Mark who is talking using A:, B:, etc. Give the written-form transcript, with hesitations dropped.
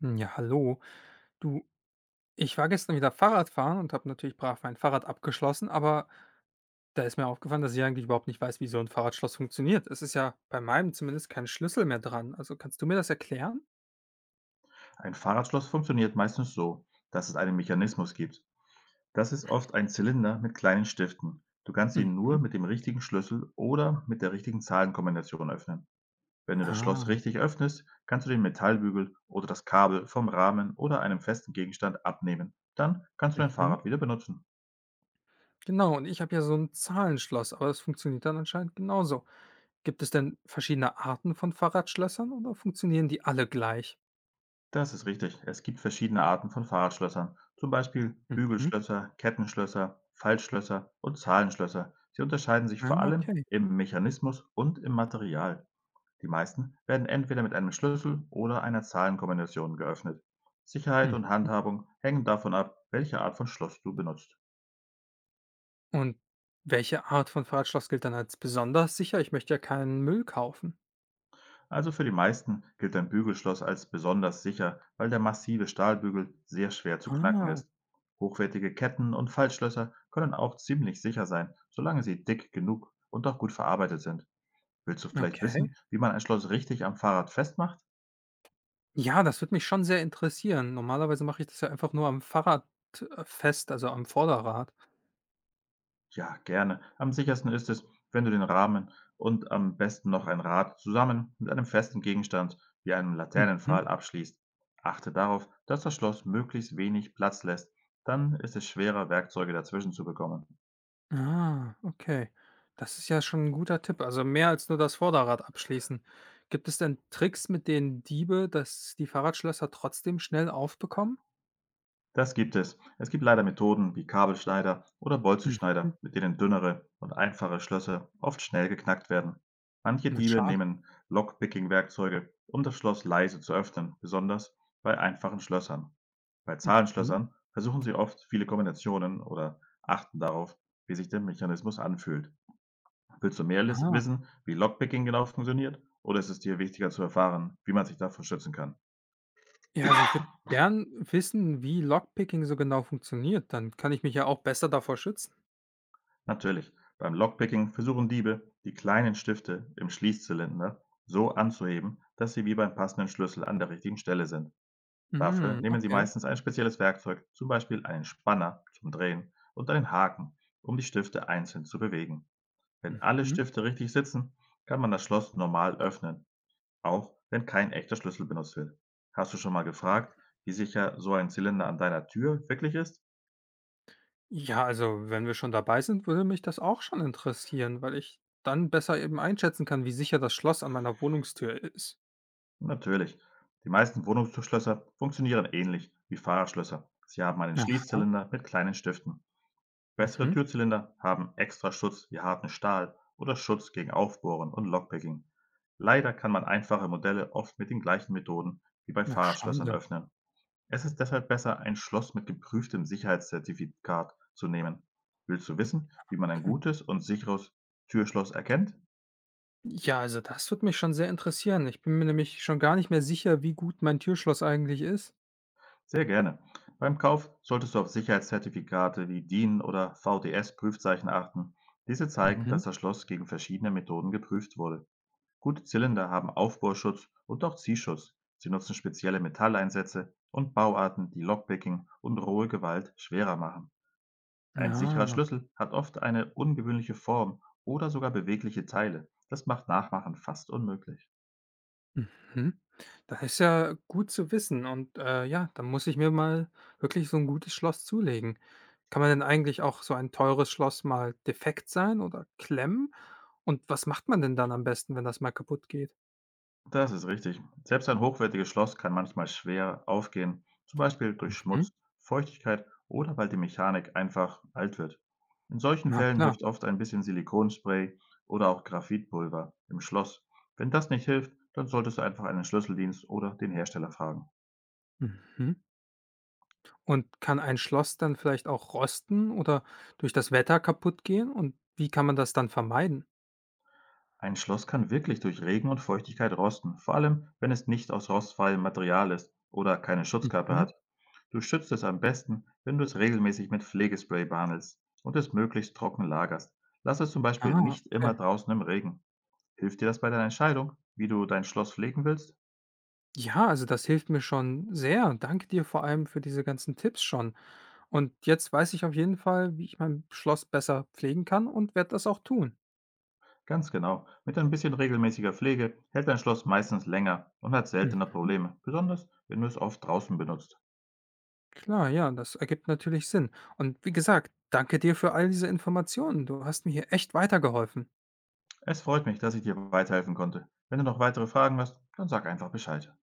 A: Hm, ja, hallo. Du, ich war gestern wieder Fahrradfahren und habe natürlich brav mein Fahrrad abgeschlossen, aber da ist mir aufgefallen, dass ich eigentlich überhaupt nicht weiß, wie so ein Fahrradschloss funktioniert. Es ist ja bei meinem zumindest kein Schlüssel mehr dran. Also kannst du mir das erklären?
B: Ein Fahrradschloss funktioniert meistens so, dass es einen Mechanismus gibt. Das ist oft ein Zylinder mit kleinen Stiften. Du kannst ihn
A: Mhm.
B: nur mit dem richtigen Schlüssel oder mit der richtigen Zahlenkombination öffnen. Wenn du das Schloss
A: Ah,
B: richtig öffnest, kannst du den Metallbügel oder das Kabel vom Rahmen oder einem festen Gegenstand abnehmen. Dann kannst du dein
A: mhm.
B: Fahrrad wieder benutzen.
A: Genau, und ich habe ja so ein Zahlenschloss, aber das funktioniert dann anscheinend genauso. Gibt es denn verschiedene Arten von Fahrradschlössern oder funktionieren die alle gleich?
B: Das ist richtig. Es gibt verschiedene Arten von Fahrradschlössern, zum Beispiel
A: Mhm.
B: Bügelschlösser, Kettenschlösser, Faltschlösser und Zahlenschlösser. Sie unterscheiden sich
A: Ah,
B: vor allem
A: okay.
B: im Mechanismus und im Material. Die meisten werden entweder mit einem Schlüssel oder einer Zahlenkombination geöffnet. Sicherheit und
A: Mhm.
B: Handhabung hängen davon ab, welche Art von Schloss du benutzt.
A: Und welche Art von Fahrradschloss gilt dann als besonders sicher? Ich möchte ja keinen Müll kaufen.
B: Also für die meisten gilt ein Bügelschloss als besonders sicher, weil der massive Stahlbügel sehr schwer zu knacken
A: Ah,
B: ist. Hochwertige Ketten und Faltschlösser können auch ziemlich sicher sein, solange sie dick genug und auch gut verarbeitet sind. Willst du vielleicht
A: okay.
B: wissen, wie man ein Schloss richtig am Fahrrad festmacht?
A: Ja, das würde mich schon sehr interessieren. Normalerweise mache ich das ja einfach nur am Fahrrad fest, also am Vorderrad.
B: Ja, gerne. Am sichersten ist es, wenn du den Rahmen und am besten noch ein Rad zusammen mit einem festen Gegenstand wie einem
A: Mhm.
B: Laternenpfahl abschließt. Achte darauf, dass das Schloss möglichst wenig Platz lässt, dann ist es schwerer, Werkzeuge dazwischen zu bekommen.
A: Ah, okay. Das ist ja schon ein guter Tipp. Also, mehr als nur das Vorderrad abschließen. Gibt es denn Tricks, mit denen Diebe das die Fahrradschlösser trotzdem schnell aufbekommen?
B: Das gibt es. Es gibt leider Methoden wie Kabelschneider oder
A: Mhm.
B: Bolzenschneider, mit denen dünnere und einfache Schlösser oft schnell geknackt werden. Manche
A: Na,
B: Diebe
A: schade.
B: nehmen Lockpicking-Werkzeuge, um das Schloss leise zu öffnen, besonders bei einfachen Schlössern. Bei
A: Mhm.
B: Zahlenschlössern versuchen sie oft viele Kombinationen oder achten darauf, wie sich der Mechanismus anfühlt. Willst du mehr
A: Ah.
B: wissen, wie Lockpicking genau funktioniert, oder ist es dir wichtiger zu erfahren, wie man sich davor schützen kann?
A: Ja, also ich würde gern wissen, wie Lockpicking so genau funktioniert. Dann kann ich mich ja auch besser davor schützen.
B: Natürlich, beim Lockpicking versuchen Diebe, die kleinen Stifte im Schließzylinder so anzuheben, dass sie wie beim passenden Schlüssel an der richtigen Stelle sind. Dafür
A: Mhm,
B: nehmen sie
A: okay.
B: meistens ein spezielles Werkzeug, zum Beispiel einen Spanner zum Drehen und einen Haken, um die Stifte einzeln zu bewegen. Wenn alle
A: Mhm.
B: Stifte richtig sitzen, kann man das Schloss normal öffnen, auch wenn kein echter Schlüssel benutzt wird. Hast du schon mal gefragt, wie sicher so ein Zylinder an deiner Tür wirklich ist?
A: Ja, also wenn wir schon dabei sind, würde mich das auch schon interessieren, weil ich dann besser eben einschätzen kann, wie sicher das Schloss an meiner Wohnungstür ist.
B: Natürlich. Die meisten Wohnungsschlösser funktionieren ähnlich wie Fahrradschlösser. Sie haben einen
A: Aha.
B: Schließzylinder mit kleinen Stiften. Bessere
A: Mhm.
B: Türzylinder haben extra Schutz wie harten Stahl oder Schutz gegen Aufbohren und Lockpicking. Leider kann man einfache Modelle oft mit den gleichen Methoden wie bei
A: Na,
B: Fahrradschlössern
A: schade.
B: öffnen. Es ist deshalb besser, ein Schloss mit geprüftem Sicherheitszertifikat zu nehmen. Willst du wissen, wie man ein
A: Okay.
B: gutes und sicheres Türschloss erkennt?
A: Ja, also das würde mich schon sehr interessieren. Ich bin mir nämlich schon gar nicht mehr sicher, wie gut mein Türschloss eigentlich ist.
B: Sehr gerne. Beim Kauf solltest du auf Sicherheitszertifikate wie DIN oder VDS-Prüfzeichen achten. Diese zeigen,
A: Mhm.
B: dass das Schloss gegen verschiedene Methoden geprüft wurde. Gute Zylinder haben Aufbohrschutz und auch Ziehschutz. Sie nutzen spezielle Metalleinsätze und Bauarten, die Lockpicking und rohe Gewalt schwerer machen. Ein sicherer
A: Ja.
B: Schlüssel hat oft eine ungewöhnliche Form oder sogar bewegliche Teile. Das macht Nachmachen fast unmöglich.
A: Mhm. Das ist ja gut zu wissen und, ja, dann muss ich mir mal wirklich so ein gutes Schloss zulegen. Kann man denn eigentlich auch so ein teures Schloss mal defekt sein oder klemmen? Und was macht man denn dann am besten, wenn das mal kaputt geht?
B: Das ist richtig. Selbst ein hochwertiges Schloss kann manchmal schwer aufgehen, zum Beispiel durch
A: Mhm.
B: Schmutz, Feuchtigkeit oder weil die Mechanik einfach alt wird. In solchen
A: Na
B: Fällen
A: klar.
B: hilft oft ein bisschen Silikonspray oder auch Graphitpulver im Schloss. Wenn das nicht hilft, dann solltest du einfach einen Schlüsseldienst oder den Hersteller fragen.
A: Mhm. Und kann ein Schloss dann vielleicht auch rosten oder durch das Wetter kaputt gehen? Und wie kann man das dann vermeiden?
B: Ein Schloss kann wirklich durch Regen und Feuchtigkeit rosten, vor allem wenn es nicht aus rostfreiem Material ist oder keine Schutzkappe
A: Mhm.
B: hat. Du schützt es am besten, wenn du es regelmäßig mit Pflegespray behandelst und es möglichst trocken lagerst. Lass es zum Beispiel
A: Ah,
B: nicht immer
A: okay.
B: draußen im Regen. Hilft dir das bei deiner Entscheidung, wie du dein Schloss pflegen willst?
A: Ja, also das hilft mir schon sehr. Danke dir vor allem für diese ganzen Tipps schon. Und jetzt weiß ich auf jeden Fall, wie ich mein Schloss besser pflegen kann und werde das auch tun.
B: Ganz genau. Mit ein bisschen regelmäßiger Pflege hält dein Schloss meistens länger und hat seltener
A: Mhm.
B: Probleme, besonders wenn du es oft draußen benutzt.
A: Klar, ja, das ergibt natürlich Sinn. Und wie gesagt, danke dir für all diese Informationen. Du hast mir hier echt weitergeholfen.
B: Es freut mich, dass ich dir weiterhelfen konnte. Wenn du noch weitere Fragen hast, dann sag einfach Bescheid.